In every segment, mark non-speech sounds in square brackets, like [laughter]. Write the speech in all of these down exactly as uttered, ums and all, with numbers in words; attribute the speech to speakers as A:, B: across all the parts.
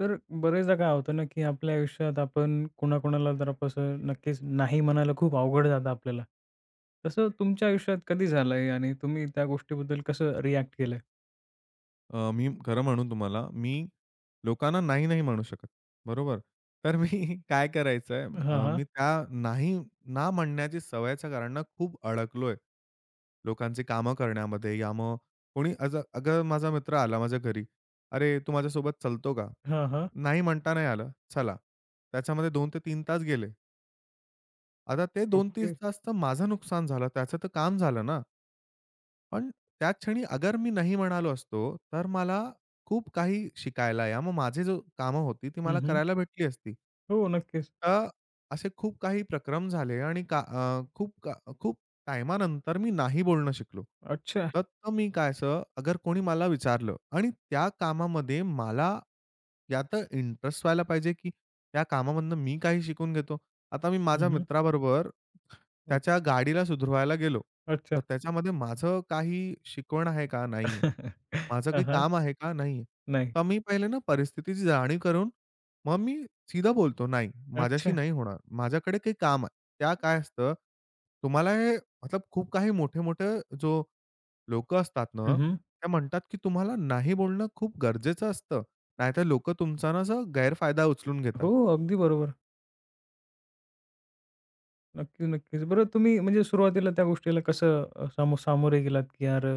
A: तर बरेचदा काय होतं ना, की आपल्या आयुष्यात आपण कोणाकोणाला जरा कसं नक्कीच नाही म्हणायला खूप अवघड जातं आपल्याला. तसं तुमच्या आयुष्यात कधी झालंय आणि तुम्ही त्या गोष्टीबद्दल कसं रिएक्ट केलंय?
B: अ, मी खरं म्हणू तुम्हाला, मी लोकांना नाही, नाही म्हणू शकत. बरोबर? तर मी [laughs] काय करायचंय
A: हां,
B: अ,
A: हां.
B: मी त्या नाही ना म्हणण्याची सवयच्या कारणानं खूप अडकलोय. लोकांची कामं करण्यामध्ये या मग कोणी अज अगर माझा मित्र आला माझ्या घरी, "अरे, तू माझ्यासोबत चलतो का?"
A: हां, हां.
B: नाही म्हणता नाही आलं, "चला." त्याच्यामध्ये दोन ते तीन तास गेले. आता ते दोन तीन
A: ओके.
B: तास तर माझं नुकसान झालं. त्याचं तर काम झालं ना. पण त्या क्षणी अगर मी नाही म्हणालो असतो, तर मला खूप काही शिकायला या मग माझी जो कामं होती, ती
A: हं,
B: मला
A: हं.
B: करायला भेटली असती.
A: हो, नक्कीच.
B: तर असे खूप काही प्रक्रम झाले आणि का अ, खूप का खूप टायमानंतर मी नाही बोलणं शिकलो.
A: अच्छा.
B: तर तर मी काय असं अगर कोणी मला विचारलं आणि त्या कामामध्ये मला या तर इंटरेस्ट व्हायला पाहिजे, की त्या कामामधनं मी काही शिकून घेतो. आता मी माझ्या
A: हं, हं.
B: मित्राबरोबर त्याच्या
A: ओके.
B: गाडीला सुधरवायला गेलो. तर
A: अच्छा.
B: त्याच्यामध्ये माझं काही शिकवण आहे का? नाही
A: [laughs]
B: माझं
A: हां,
B: काही
A: हां.
B: काम आहे का? नाही आहे.
A: नाही.
B: तर मी पहिले ना परिस्थितीची जाणीव करून मग मी सीधा बोलतो, "नाही, माझ्याशी
A: अच्छा.
B: नाही होणार. माझ्याकडे काही काम आहे." त्या काय असतं, तुम्हाला हे मतलब खूप काही मोठे-मोठे जो लोक असतात
A: हं,
B: ना,
A: हं.
B: त्या म्हणतात की तुम्हाला नाही बोलणं खूप गरजेचं असतं. नाहीतर लोकं तुमचा ना असा गैरफायदा उचलून घेतात.
A: हो, अगदी बरोबर. नक्कीच, नक्कीच. बरं तुम्ही म्हणजे सुरुवातीला त्या गोष्टीला कसं अ, सामो सामोरे गेलात, की यार अ,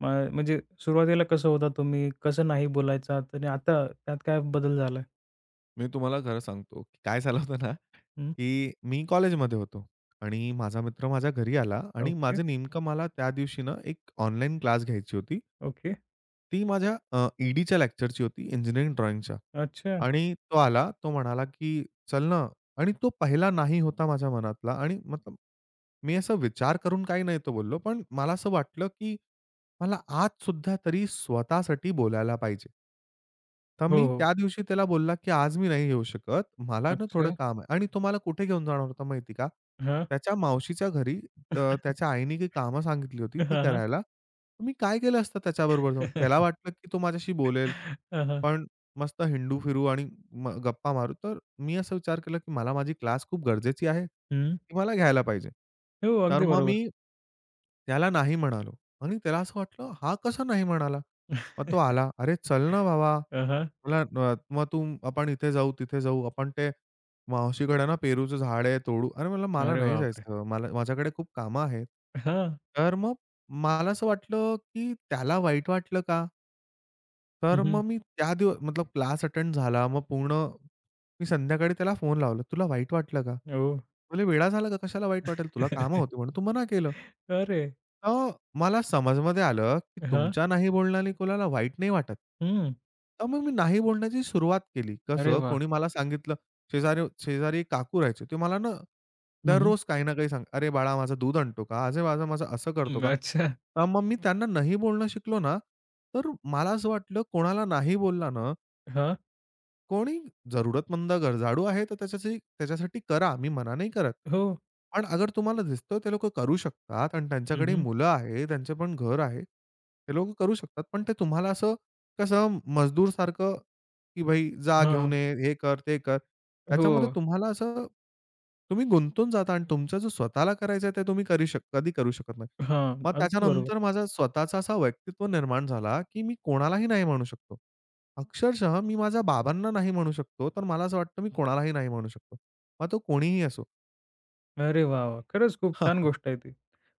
A: म म्हणजे सुरुवातीला कसं होता तुम्ही? कसं नाही बोलायचात आणि आता त्यात काय बदल झालाय?
B: मी तुम्हाला खरं सांगतो, की काय झालं होतं ना,
A: हं.
B: की मी कॉलेजमध्ये होतो आणि माझा मित्र माझ्या घरी आला आणि
A: ओके,
B: माझं नेमकं मला त्या दिवशी ना एक ऑनलाईन क्लास घ्यायची होती.
A: ओके.
B: ती माझ्या अ, ई लेक्चरची होती इंजिनिअरिंग ड्रॉइंगच्या
A: अच्छा.
B: आणि तो आला. तो म्हणाला, की "चल ना" आणि तो पहिला नाही होता माझ्या मनातला आणि मतलब मी असा विचार करून काही नाही तो बोललो, पण मला असं वाटलं, की मला आजसुद्धा तरी स्वतःसाठी बोलायला पाहिजे. तर
A: हो,
B: मी
A: हो.
B: त्या दिवशी त्याला बोलला, की "आज मी नाही येऊ शकत. मला ना थोडं
A: अच्छा.
B: काम आहे." आणि तो मला कुठे घेऊन जाणार होता माहिती का?
A: हां.
B: त्याच्या मावशीच्या घरी अ, त्याच्या आईने काही कामं सांगितली होती
A: हां, हां.
B: ती
A: हां, हां.
B: करायला. मी काय केलं असतं त्याच्याबरोबर जाऊन?
A: हं. [laughs]
B: त्याला वाटलं, की तो माझ्याशी बोलेल.
A: [laughs]
B: आपण मस्त हिंडू, फिरू आणि म गप्पा मारू. तर मी असा विचार केला, की मला माझी क्लास खूप गरजेची आहे. ती मला घ्यायला पाहिजे.
A: हो,
B: तर
A: अगदी
B: मग
A: बरोबर.
B: मी त्याला नाही म्हणालो. आणि त्याला असं वाटलं, "हा कसा नाही म्हणाला?" मग तो आला,
A: [laughs]
B: "अरे चल ना बाबा,
A: हां,
B: मला अ, मग तू आपण इथे जाऊ, तिथे जाऊ. आपण ते मावशीकडे ना पेरूचं झाड आहे तोडू." अरे म्हणलं, "मला
A: अरे
B: नाही
A: बापरे!
B: जायचं. मला माझ्याकडे खूप कामं आहेत."
A: हां.
B: तर मग मला असं वाटलं, की त्याला वाईट वाटलं का? तर
A: हं,
B: मग मी त्या दिव मतलब क्लास अटेंड झाला. मग पूर्ण मी संध्याकाळी त्याला फोन लावला, "तुला वाईट वाटलं का?"
A: हो.
B: बोलले, "वेडा झाला का? कशाला वाईट वाटेल? तुला कामं होती
A: [laughs]
B: म्हणून तू मना केलं."
A: अरे!
B: तर मला समजमध्ये आलं, की
A: हां.
B: तुमच्या नाही बोलण्याने कोणाला वाईट नाही वाटत.
A: हं.
B: तर मग मी नाही बोलण्याची सुरुवात केली.
A: अरे
B: कसं
A: वाह!
B: कोणी मला सांगितलं शेजारी शेजारी एक काकू राहायचे. ते मला ना
A: हं,
B: दररोज काही ना काही सांग "अरे बाळा, माझं दूध आणतो का? अरे बाळा, माझं असं करतो का?"
A: अच्छा.
B: अ, मग मी त्यांना नाही बोलणं शिकलो ना, तर मला असं वाटलं कोणाला नाही बोलला ना
A: हां.
B: कोणी जरुरतमंद गरजाळू आहे, तर त्याच्यासाठी त्याच्यासाठी करा. मी मना नाही करत.
A: हो.
B: पण अगर तुम्हाला दिसतोय ते लोकं करू शकतात आणि
A: हं,
B: त्यांच्याकडे
A: हं.
B: मुलं आहे, त्यांचे पण घर आहे. ते लोकं करू शकतात. पण ते तुम्हाला असं कसं मजदूरसारखं, की भाई जा
A: हां,
B: घेऊन
A: हां.
B: ये, हे कर, ते कर.
A: हो.
B: त्याच्यामध्ये तुम्हाला असं तुम्ही गुंतून जाता आणि तुमचं जो स्वतःला करायचं आहे, ते तुम्ही करी शक कधी करू शकत नाही.
A: हां,
B: मग
A: अगदी बरोबर.
B: त्याच्यानंतर माझा स्वतःचा असा व्यक्तित्व निर्माण झाला, की मी कोणालाही नाही म्हणू शकतो. अक्षरशः मी माझ्या बाबांना नाही म्हणू शकतो, तर मला असं वाटतं मी कोणालाही नाही म्हणू शकतो. मग तो कोणीही असो.
A: अरे वाह, वाह! खरंच खूप
B: [laughs]
A: छान
B: हां.
A: गोष्ट आहे ती.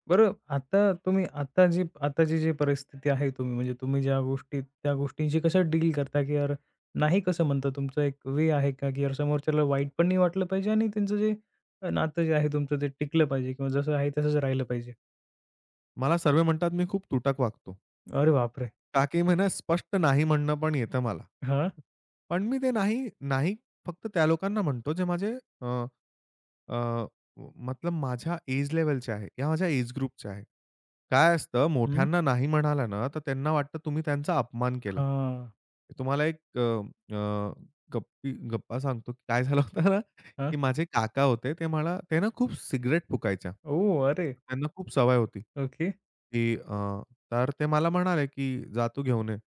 A: बरं आता तुम्ही आता जी आताची जी परिस्थिती आहे तुम्ही म्हणजे तुम्ही ज्या गोष्टी त्या गोष्टींशी कसं डील करता, की यार नाही कसं म्हणता? तुमचा एक वे आहे का, की यार समोरच्याला वाईट पण नाही वाटलं पाहिजे आणि त्यांचं जे अ, नातं जे आहे तुमचं ते टिकलं पाहिजे किंवा जसं आहे तसंच राहिलं पाहिजे?
B: मला सर्व म्हणतात मी खूप तुटक वागतो.
A: अरे बापरे!
B: टाकी म्हणा स्पष्ट नाही म्हणणं पण येतं मला.
A: हां,
B: पण मी ते नाही, नाही फक्त त्या लोकांना म्हणतो जे माझे अ, अ, मतलब माझ्या एज लेव्हलचे आहे या माझ्या एज ग्रुपचे आहे. काय असतं
A: हं,
B: मोठ्यांना नाही म्हणाला ना, तर त्यांना वाटतं तुम्ही त्यांचा अपमान केला.
A: हां,
B: तुम्हाला एक अ, अ, गप्पी गप्पा सांगतो की काय झालं होतं ना,
A: हां.
B: की माझे काका होते ते मला ते ना खूप सिगारेट फुकायच्या.
A: ओह! अरे!
B: त्यांना खूप सवय होती,
A: ओके.
B: की तर ते मला म्हणाले, की "जा तू घेऊन ये"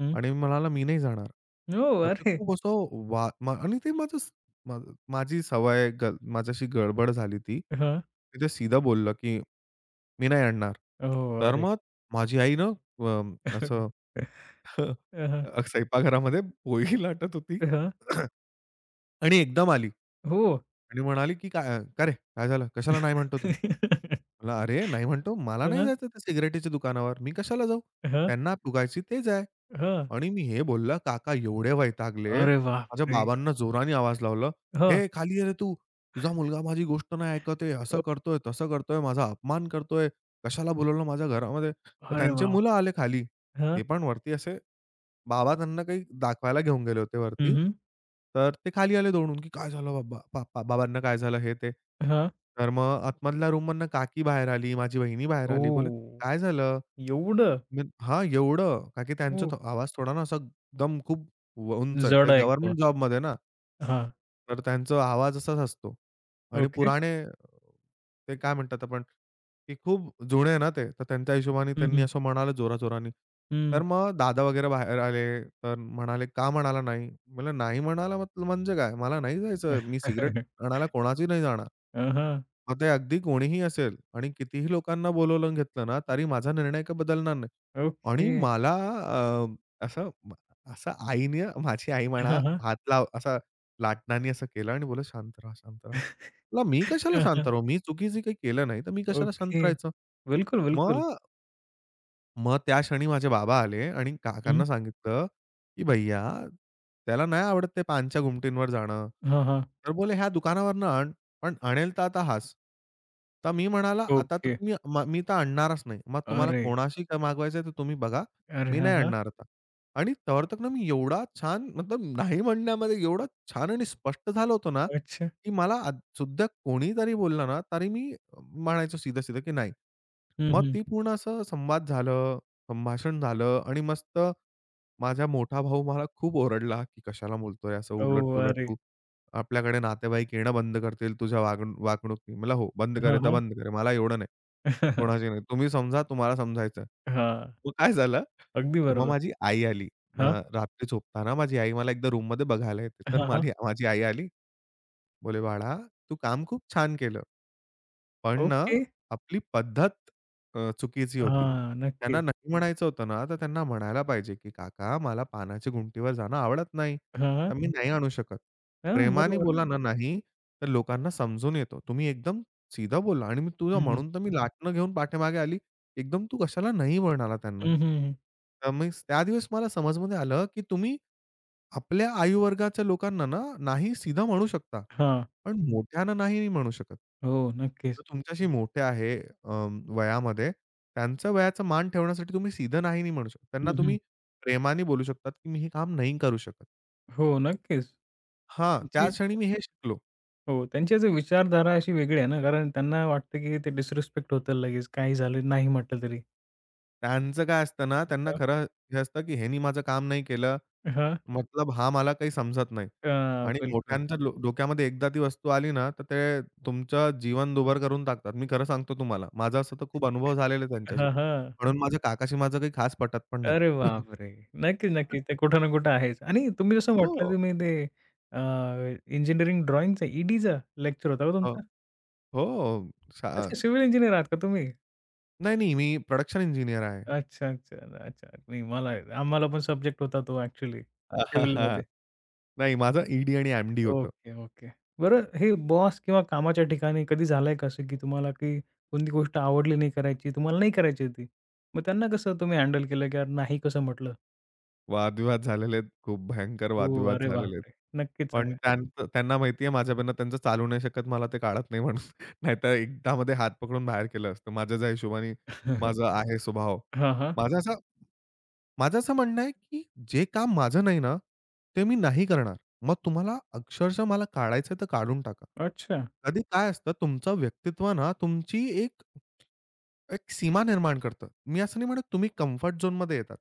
A: हं.
B: आणि मी म्हणाला, "मी नाही जाणार."
A: ओह!
B: तर ते
A: अरे!
B: खूप असं वा मा आणि ते माझं स- मा माझी सवय गल माझ्याशी गडबड झाली ती.
A: हां.
B: मी ते सीधं बोललं, की "मी नाही आणणार."
A: ओह!
B: तर
A: अरे!
B: मग माझी आई ना अ,
A: [laughs]
B: असं [laughs]
A: अ, हां.
B: अ, स्वयंपाकघरामध्ये पोळी लाटत होती
A: अ, हां.
B: [coughs] आणि एकदम आली
A: हो.
B: आणि म्हणाली, की "काय का रे? काय झालं? कशाला नाही म्हणतो तू?"
A: [laughs]
B: म्हणलं, "अरे, नाही म्हणतो मला नाही
A: हां,
B: जायचं त्या सिगारेटीच्या दुकानावर. मी कशाला जाऊ?
A: हां,
B: त्यांना फुगायची ते जाय."
A: हां.
B: आणि मी हे बोललं, काका एवढे वैतागले.
A: अरे
B: माझ्या
A: बापरे!
B: बाबांना जोराने आवाज लावला,
A: हां.
B: "हे खाली ये रे तू. तुझा मुलगा माझी गोष्ट नाही ऐकत आहे. असं
A: अ,
B: करतोय, तसं करतोय. माझा अपमान करतोय. कशाला बोलवलं माझ्या घरामध्ये?" तर
A: अरे
B: त्यांचे
A: बाप!
B: मुलं आले खाली.
A: हां.
B: ते पण वरती असे बाबा त्यांना काही दाखवायला घेऊन गेले होते
A: हं,
B: वरती.
A: हं.
B: तर ते खाली आले दौडून, की "काय झालं बाबा पापा बाबांना काय झालं?" हे ते.
A: हां.
B: तर मग आतमधल्या रूममधनं काकी बाहेर आली, माझी वहिनी बाहेर आली. बोलले,
A: ओह!
B: "काय झालं?"
A: एवढं?
B: मग हां, एवढं. का की
A: हो.
B: त्यांचा तो आवाज थोडा ना असा एकदम खूप व उंच आहे.
A: जड
B: ते
A: आहे एकदम.
B: गव्हर्नमेंट जॉबमध्ये ना.
A: हां.
B: तर त्यांचा आवाज असाच असतो. आणि
A: ओके.
B: पुराणे अ, ते काय म्हणतात आपण, की खूप जुने आहे ना ते. तर त्यांच्या हिशोबाने
A: हं,
B: त्यांनी
A: हं.
B: असं म्हणाले जोरा
A: हं.
B: तर मग दादा वगैरे बाहेर आले. तर म्हणाले, "का म्हणाला नाही?" म्हणलं, "नाही म्हणाला म्हटलं म्हणजे काय? मला नाही जायचं. मी सिगारेट
A: [laughs]
B: आणायला कोणाची नाही जाणार."
A: हां, हां.
B: मग ते अगदी कोणीही असेल आणि कितीही लोकांना बोलावून घेतलं ना, तरी माझा निर्णय काही बदलणार नाही.
A: ओके.
B: आणि मला अ, असं असं आईने माझी आई म्हणा
A: हां, हां.
B: हात लाव असा लाटण्याने असं केलं आणि बोलली, "शांत राहा, शांत राहा." म्हटलं, "मी कशाला
A: हां,
B: शांत
A: हां.
B: राहू? मी चुकीचं काही केलं नाही, तर मी कशाला शांत
A: ओके.
B: राहायचं?"
A: बिलकुल, बिलकुल.
B: मग मग त्या क्षणी माझे बाबा आले आणि
A: हं.
B: काकांना सांगितलं, की "भैय्या, त्याला नाही आवडत ते पानच्या घुमटींवर जाणं."
A: हां, हां.
B: तर बोलले, "ह्या दुकानावरनं आण." पण "आणेल तर आता हाच." तर मी म्हणाला, "आता तर
A: ओके.
B: तुम्ही म मी तर आणणारच नाही. मग तुम्हाला
A: अरे!
B: कोणाशी काय मागवायचं आहे, तर तुम्ही बघा.
A: अरे!
B: मी
A: हां,
B: नाही
A: हां.
B: आणणार आता." आणि तवर तक ना मी एवढा छान मतलब नाही म्हणण्यामध्ये एवढं छान आणि स्पष्ट झालं होतं ना,
A: अच्छा.
B: की मला आज सुद्धा कोणीतरी बोललं ना, तरी मी म्हणायचो सीधं-सीधं, की "नाही."
A: हं,
B: मग
A: हं.
B: ती पूर्ण असं संवाद झालं, संभाषण झालं आणि मस्त माझा मोठा भाऊ मला खूप ओरडला, की "कशाला बोलतोय असं
A: ओह!
B: उलट-तुलट
A: अरे!
B: तू? आपल्याकडे नातेवाईक येणं बंद करतील तुझ्या वागणू वागणुकीने." म्हणलं, "हो, बंद करे तर
A: हां,
B: बंद करे. मला एवढं नाही.
A: हां.
B: कोणाची नाही. तुम्ही समजा, तुम्हाला समजायचं
A: हां,
B: मग काय झालं,
A: अगदी
B: मग
A: बरोबर.
B: माझी आई आली. अ,
A: हां,
B: रात्री झोपताना माझी आई मला एकदा रूममध्ये बघायला येते. तर
A: हां, हां.
B: माझी माझी आई आली. बोले, "बाळा, तू काम खूप छान केलं." पण ना,
A: ओके.
B: आपली पद्धत अ, चुकीची होती.
A: हां,
B: त्यांना
A: नक्कीच.
B: नाही म्हणायचं होतं ना, तर त्यांना म्हणायला पाहिजे, की "काका मला पाण्याच्या गुंटीवर जाणं आवडत नाही.
A: हां,
B: तर मी नाही आणू शकत."
A: हां,
B: प्रेमाने
A: बरोबर.
B: बोला ना नाही, तर लोकांना समजून येतो. तुम्ही एकदम सीधं बोला आणि मी तुला
A: हं,
B: म्हणून तर मी लाटणं घेऊन पाठीमागे आली. एकदम तू कशाला नाही म्हणाला त्यांना.
A: हं, हं, हं.
B: तर मी त्या दिवस मला समजमध्ये आलं, की तुम्ही आपल्या आयुवर्गाच्या लोकांना ना, नाही सीधं म्हणू शकता.
A: हां,
B: पण मोठ्यानं नाही म्हणू शकत.
A: हो, नक्कीच.
B: जो तुमच्याशी मोठे आहे अ, वयामध्ये, त्यांच्या वयाचा मान ठेवण्यासाठी तुम्ही सीधं नाही नाही म्हणू शकत. त्यांना
A: हं, हं.
B: तुम्ही प्रेमाने बोलू शकतात, की "मी हे काम नाही करू शकत."
A: हो, नक्कीच.
B: हां, त्या
A: त्यांची
B: क्षणी मी हे शिकलो.
A: हो, त्यांची अशी विचारधारा अशी वेगळी आहे ना, कारण त्यांना वाटतं, की ते डिसरिस्पेक्ट होतं लगेच, काही झालं नाही म्हटलं तरी.
B: त्यांचं काय असतं ना, त्यांना
A: हां,
B: खरं हे असतं, की "ह्यानी माझं काम नाही केलं,
A: हां,
B: मतलब हा मला काही समजत नाही."
A: हां,
B: आणि
A: बिलकुल.
B: मोठ्यांच्या डो डोक्यामध्ये एकदा ती वस्तू आली ना, तर ते तुमचं जीवन दुभर करून टाकतात. मी खरं सांगतो तुम्हाला. माझा असं तर खूप अनुभव झालेला आहे त्यांच्याशी.
A: हां, हां.
B: म्हणून माझ्या काकाशी माझं काही खास पटत पण नाही.
A: अरे बापरे! नक्कीच, नक्कीच. ते कुठं ना कुठं आहेच. आणि तुम्ही जसं म्हटलं,
B: हो.
A: तुम्ही ते अ, इंजिनिअरिंग ड्रॉइंगचं ई-डीचा लेक्चर होता का
B: हो,
A: तुमचा?
B: हो. सा
A: अच्छा, सिव्हिल इंजिनिअर आहात का तुम्ही?
B: नाही, नाही. मी प्रोडक्शन इंजिनिअर आहे.
A: अच्छा, अच्छा, अच्छा. नाही मला आम्हाला पण सब्जेक्ट होता तो ॲक्चुअली सिव्हिलमध्ये.
B: [laughs] नाही, माझं ई-डी आणि एम-डी होतं.
A: Okay, okay. बरं हे बॉस किंवा कामाच्या ठिकाणी कधी झालंय का असं, की तुम्हाला की कोणती गोष्ट आवडली नाही करायची, तुम्हाला नाही करायची होती. मग त्यांना कसं तुम्ही हँडल केलं, की यार नाही कसं म्हटलं?
B: वादविवाद झालेले आहेत. खूप भयंकर
A: हो,
B: वादविवाद
A: अरे
B: झालेले आहेत.
A: बापरे! नक्कीच
B: पण
A: सांगा.
B: त्यांचं त्यांना माहिती आहे माझ्याकडनं त्यांचं चालू नाही शकत, मला ते काढत नाही म्हणून. [laughs] नाहीतर एकदा मध्ये हात पकडून बाहेर केलं असतं. माझ्या ज्या हिशोबाने माझा
A: [laughs]
B: आहे स्वभाव.
A: हां, हां.
B: माझा असा माझं असं म्हणणं आहे, की जे काम माझं नाही ना, ते मी नाही करणार. मग तुम्हाला अक्षरशः मला काढायचं तर काढून टाका.
A: अच्छा.
B: कधी काय असतं तुमचं व्यक्तित्व ना, तुमची एक एक सीमा निर्माण करतं. मी असं नाही म्हणत तुम्ही कम्फर्ट झोनमध्ये येतात.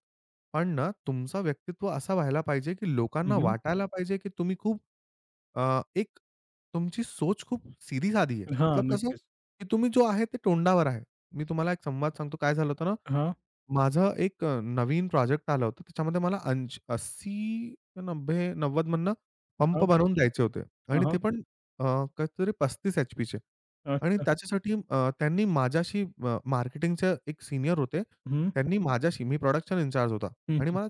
B: पण ना, तुमचं व्यक्तित्व असं व्हायला पाहिजे, की
A: हं,
B: लोकांना
A: हं.
B: वाटायला पाहिजे, की तुम्ही खूप अ, एक तुमची सोच खूप सीधी-साधी आहे. मतलब कसं,
A: नक्कीच.
B: की तुम्ही जो आहे ते तोंडावर आहे. मी तुम्हाला एक संवाद सांगतो. काय झालं होतं ना,
A: हां,
B: माझं एक अ, नवीन प्रोजेक्ट आलं होतं. त्याच्यामध्ये मला अंश ऐंशी नव्वद-नव्वद मधनं पंप
A: हां,
B: बनवून द्यायचे होते
A: हां,
B: आणि ते
A: हां.
B: पण अ, काहीतरी पस्तीस एच-पीचे आणि
A: अच्छा.
B: त्याच्यासाठी अ, त्यांनी माझ्याशी अ, मार्केटिंगचे एक सीनियर होते.
A: हं,
B: त्यांनी माझ्याशी मी प्रोडक्शन इन्चार्ज होता
A: हं,
B: आणि
A: हं.
B: मला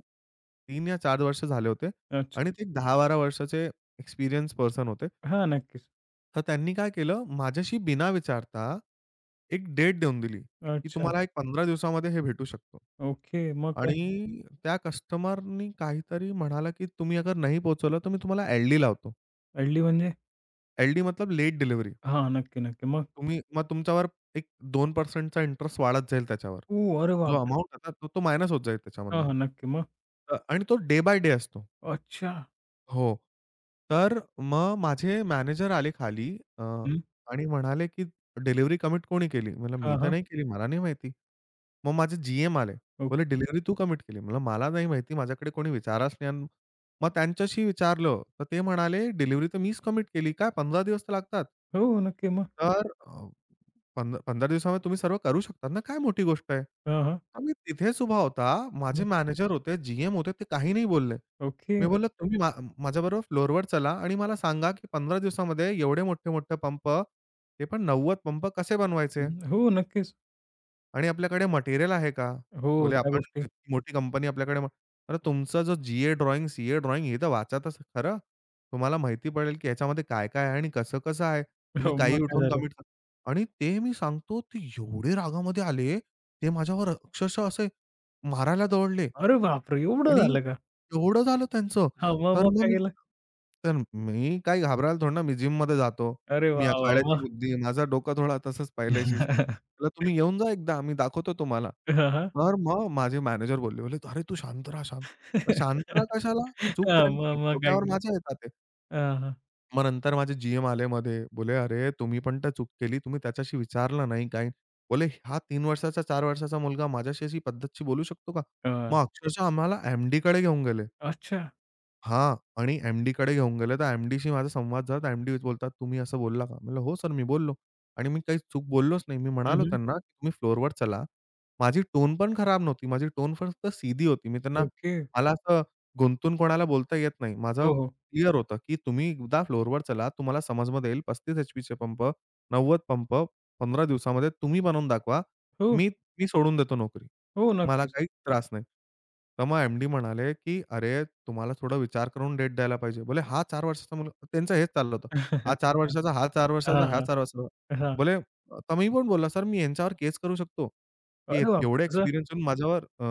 B: तीन या चार वर्ष झाले होते
A: अच्छा.
B: आणि ते दहा बारा वर्षाचे एक्सपिरियन्स पर्सन होते.
A: हां, नक्कीच.
B: तर त्यांनी काय केलं, माझ्याशी बिना विचारता एक डेट देऊन दिली, की
A: अच्छा.
B: तुम्हाला एक पंधरा दिवसामध्ये हे भेटू शकतो.
A: ओके. मग काय?
B: आणि त्या कस्टमरनी काहीतरी म्हणाला, की तुम्ही अगर नाही पोहोचवलं, तर मी तुम्हाला एल-डी लावतो.
A: अडली म्हणजे?
B: एल-डी मतलब लेट डिलिव्हरी.
A: हां, नक्की, नक्की. मग?
B: तुम्ही मग तुमच्यावर एक दोन टक्के चा इंटरेस्ट वाढत जाईल त्याच्यावर.
A: ओ, अरे
B: जो
A: बापरे!
B: अमाउंट होता तो, तो मायनस होत जाईल
A: हां,
B: त्याच्यामधनं.
A: हां. नक्की. मग?
B: अ, आणि तो डे बाय डे असतो.
A: अच्छा.
B: हो. तर मग माझे मॅनेजर आले खाली, अ,
A: हं.
B: आणि म्हणाले, की "डिलिव्हरी कमिट कोणी केली?" म्हणलं, "मी
A: हां,
B: तर
A: हां.
B: नाही केली. मला नाही माहिती." मग माझे जीएम आले.
A: ओक
B: बोलले, "डिलिव्हरी तू कमिट केली." म्हणलं, "मला नाही माहिती. माझ्याकडे कोणी विचाराच नाही." आणि मग त्यांच्याशी विचारलं, तर ते म्हणाले, "डिलिव्हरी तर मीच कमिट केली. काय पंधरा दिवस तर लागतात."
A: हो, नक्की. मग?
B: तर अ, पंध पंधरा दिवसामध्ये तुम्ही सर्व करू शकतात ना, काय मोठी गोष्ट आहे.
A: हां, हां.
B: आम्ही तिथेच उभा होता. माझे
A: हं.
B: मॅनेजर होते, जीएम होते, ते काही नाही बोलले.
A: ओके.
B: मी बोललो, "तुम्ही मा माझ्याबरोबर फ्लोअरवर चला आणि मला सांगा, की पंधरा दिवसामध्ये एवढे मोठे-मोठे पंप, ते पण नव्वद पंप कसे बनवायचे?
A: हं. हो, नक्कीच.
B: आणि आपल्याकडे मटेरिअल आहे का?"
A: हो,
B: बोले, हं.
A: त्या
B: आपण
A: गोष्टी.
B: इतकी मोठी कंपनी, आपल्याकडे म अरे, तुमचं जो जी-ए ड्रॉइंग, सी-ए ड्रॉइंग हे तर वाचा तर खरं. तुम्हाला माहिती पडेल की ह्याच्यामध्ये काय-काय आहे आणि कसं-कसं आहे. तुम्ही
A: हो,
B: काही
A: मग काय
B: उठवून
A: झालं?
B: कमिट करा, आणि ते मी सांगतो ते एवढे रागामध्ये आले, ते माझ्यावर अक्षरशः असे मारायला दौडले.
A: अरे बापरे! एवढं
B: आणि
A: झालं का?
B: एवढं झालं त्यांचं.
A: हां, मग
B: तर
A: मग
B: मग
A: काय
B: मी
A: केलं?
B: तर मी काही घाबरायला थोडी ना, मी जिममध्ये जातो.
A: अरे
B: मी
A: वाह, वाह, वाह!
B: आखाड्याची बुद्धी, माझं डोकं थोडा तसंच पहिल्याशीच.
A: [laughs]
B: म्हटलं, "तुम्ही येऊन जा एकदा, आम्ही दाखवतो तुम्हाला."
A: हां, हां.
B: तर मग माझे मॅनेजर बोलले, बोलले, "अरे, तू शांत राहा, शांत." "मग शांत राहा कशाला? चूक
A: हां,
B: त्यांची,
A: मग मग काय
B: डोक्यावर
A: केलं?
B: माझ्या येतात ते."
A: हां, हां.
B: मग नंतर माझे जीएम आले मध्ये. बोलले, "अरे, तुम्ही पण तर चूक केली. तुम्ही त्याच्याशी विचारलं नाही काही." बोलले, "हा तीन वर्षाचा, चार वर्षाचा मुलगा माझ्याशी अशी पद्धतशी बोलू शकतो का?"
A: हां.
B: मग अक्षरशः आम्हाला एम-डीकडे घेऊन गेले.
A: अच्छा.
B: हां. आणि एम-डीकडे घेऊन गेले, तर एम-डीशी माझा संवाद झाला. तर एम-डी बोलतात, "तुम्ही असं बोलला का?" म्हणलं, "हो सर, मी बोललो." आणि मी काही चूक बोललोच नाही. मी
A: हं,
B: म्हणालो
A: हं.
B: त्यांना, की "तुम्ही फ्लोअरवर चला." माझी टोन पण खराब नव्हती. माझी टोन फक्त सीधी होती. मी त्यांना,
A: ओके.
B: मला असं गुंतून कोणाला बोलता येत नाही. माझं
A: हो, हो.
B: क्लिअर होतं, की "तुम्ही एकदा फ्लोअरवर चला. तुम्हाला समजमध्ये येईल. पस्तीस एच-पीचे पंप, नव्वद पंप पंधरा दिवसामध्ये तुम्ही बनवून दाखवा.
A: हो,
B: मी मी सोडून देतो नोकरी."
A: हो,
B: मला
A: नक्कीच.
B: काही त्रास नाही. तर मग एम-डी म्हणाले, की "अरे, तुम्हाला थोडा विचार करून डेट द्यायला पाहिजे." बोले, "हा चार वर्षाचा मुलगा." त्यांचं हेच चाललं होतं. "हा
A: [laughs]
B: चार वर्षाचा, हा चार
A: हां,
B: वर्षाचा, हा चार
A: हां.
B: वर्षाचा."
A: हां.
B: बोले, तर मी पण बोलला, "सर, मी यांच्यावर केस करू शकतो, की
A: अरे बापरे!
B: केवढे
A: कसं
B: एक्सपिरियन्स येऊन माझ्यावर, अ,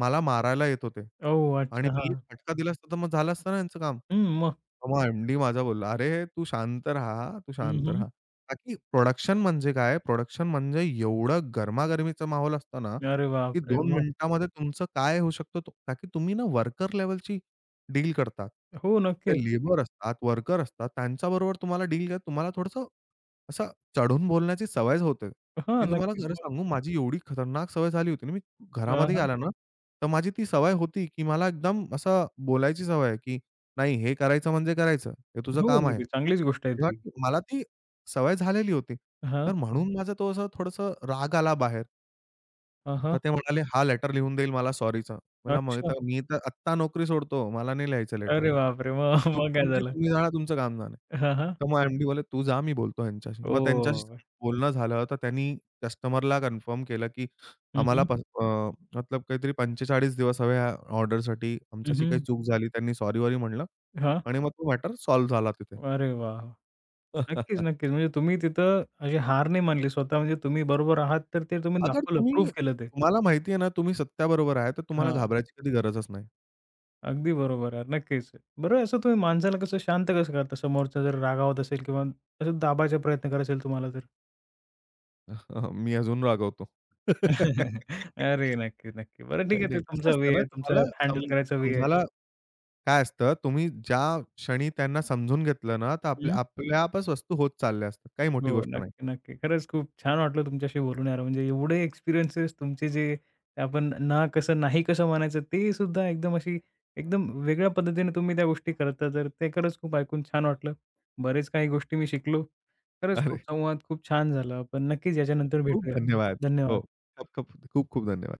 B: मला मारायला येत होते,
A: ओह!
B: आणि
A: अच्छा.
B: मी एक
A: हां.
B: फटका दिला असता, तर मग झालं असतं ना यांचं काम."
A: हं, मग?
B: मग एम-डी माझा बोलला, "अरे, तू शांत राहा, तू
A: हं,
B: शांत
A: हं.
B: राहा." का की प्रोडक्शन म्हणजे काय? प्रोडक्शन म्हणजे एवढं गरमागरमीचं माहोल असतं ना,
A: अरे
B: की
A: बापरे!
B: दोन
A: मग?
B: मिनिटामध्ये तुमचं काय होऊ शकतं? तो का की तुम्ही ना वर्कर लेव्हलची डील करतात.
A: हो,
B: ते
A: नक्कीच.
B: लेबर असतात, वर्कर असतात. त्यांच्याबरोबर तुम्हाला डील, तुम्हाला थोडंसं असं चढून बोलण्याची सवयच होते.
A: हां,
B: मी तुम्हाला
A: नक्कीच.
B: खरं
A: मग?
B: सांगू, माझी एवढी खतरनाक सवय झाली होती ना, मी
A: हां,
B: घरामध्ये
A: हां.
B: आला ना, तर माझी ती सवय होती, की मला एकदम असं बोलायची सवय आहे, की नाही, हे करायचं म्हणजे करायचं. हे तुझं
A: हो,
B: काम आहे.
A: नक्कीच. चांगलीच गोष्ट आहे
B: तेव्हा
A: ती.
B: की मला ती सवय झालेली होती.
A: हां.
B: तर म्हणून माझा तो असं थोडंसं राग आला बाहेर.
A: हां, हां.
B: आता ते म्हणाले, "हा लेटर लिहून देईल मला सॉरीचा." मला माहीत
A: अच्छा.
B: आहे, मी तर आत्ता नोकरी सोडतो. मला नाही लिहायचं
A: अरे
B: लेटर-वेटर.
A: बापरे! मग
B: चूक
A: मग काय
B: तुमची,
A: झालं?
B: तुम्ही जाणा तुमचं काम जाणे.
A: हां, हां.
B: तर मग एम-डी बोलले, "तू जा, मी बोलतो ह्यांच्याशी." मग त्यांच्याशी
A: ओह!
B: बोलणं झालं, तर त्यांनी कस्टमरला कन्फर्म केलं, की
A: हं,
B: आम्हाला
A: हं.
B: प अ, मतलब काहीतरी पंचेचाळीस दिवस हवे ह्या ऑर्डरसाठी.
A: हं,
B: आमच्याशी काही
A: हं.
B: चूक झाली. त्यांनी सॉरी-वॉरी म्हणलं,
A: हां.
B: आणि मग तो मॅटर सॉल्व्ह झाला तिथे.
A: अरे वाह! नक्कीच,
B: [laughs]
A: नक्कीच. म्हणजे तुम्ही तिथं अशी हार नाही मानली स्वतः म्हणजे तुम्ही बरोबर आहात तर ते तुम्ही
B: अगर
A: दाखवलं,
B: तुम्ही,
A: प्रूव्ह केलं ते.
B: तुम्हाला माहिती आहे ना, तुम्ही सत्याबरोबर आहे, तर तुम्हाला
A: हां.
B: घाबरायची कधी गरजच नाही.
A: अगदी बरोबर आहे. नक्कीच. बरं असं तुम्ही माणसाला कसं शांत कसं करता? समोरचा जर रागावत असेल किंवा असं दाबायचा प्रयत्न करत असेल तुम्हाला तर?
B: [laughs] अह, मी अजून रागवतो.
A: [laughs] अरे, नक्की, नक्की. बरं ठीक
B: नाही,
A: आहे. ते
B: नाही. कसं
A: तुमचा वे
B: असतं ना,
A: आहे, तुमचा
B: तुम्हाला सम
A: हँडल करायचा वे आहे.
B: समजायला काय असतं, तुम्ही ज्या क्षणी त्यांना समजून घेतलं ना, तर आपल्या आपल्या आपच वस्तू होत चालल्या असतात. काही मोठी
A: हो,
B: गोष्ट नाही.
A: नक्की, नक्की. खरंच खूप छान वाटलं तुमच्याशी बोलून यार. म्हणजे एवढे एक्सपिरियन्सेस तुमचे जे आपण ना कसं, नाही कसं म्हणायचं ते सुद्धा एकदम अशी एकदम वेगळ्या पद्धतीने तुम्ही त्या गोष्टी करता. तर ते खरंच खूप ऐकून छान वाटलं. बरेच काही गोष्टी मी शिकलो. खरंच खूप
B: अरे,
A: संवाद खूप छान झाला. आपण नक्कीच
B: खूप
A: याच्यानंतर
B: खूप
A: भेटूया.
B: धन्यवाद. हो.
A: धन्यवाद.
B: खूप खूप खूप धन्यवाद.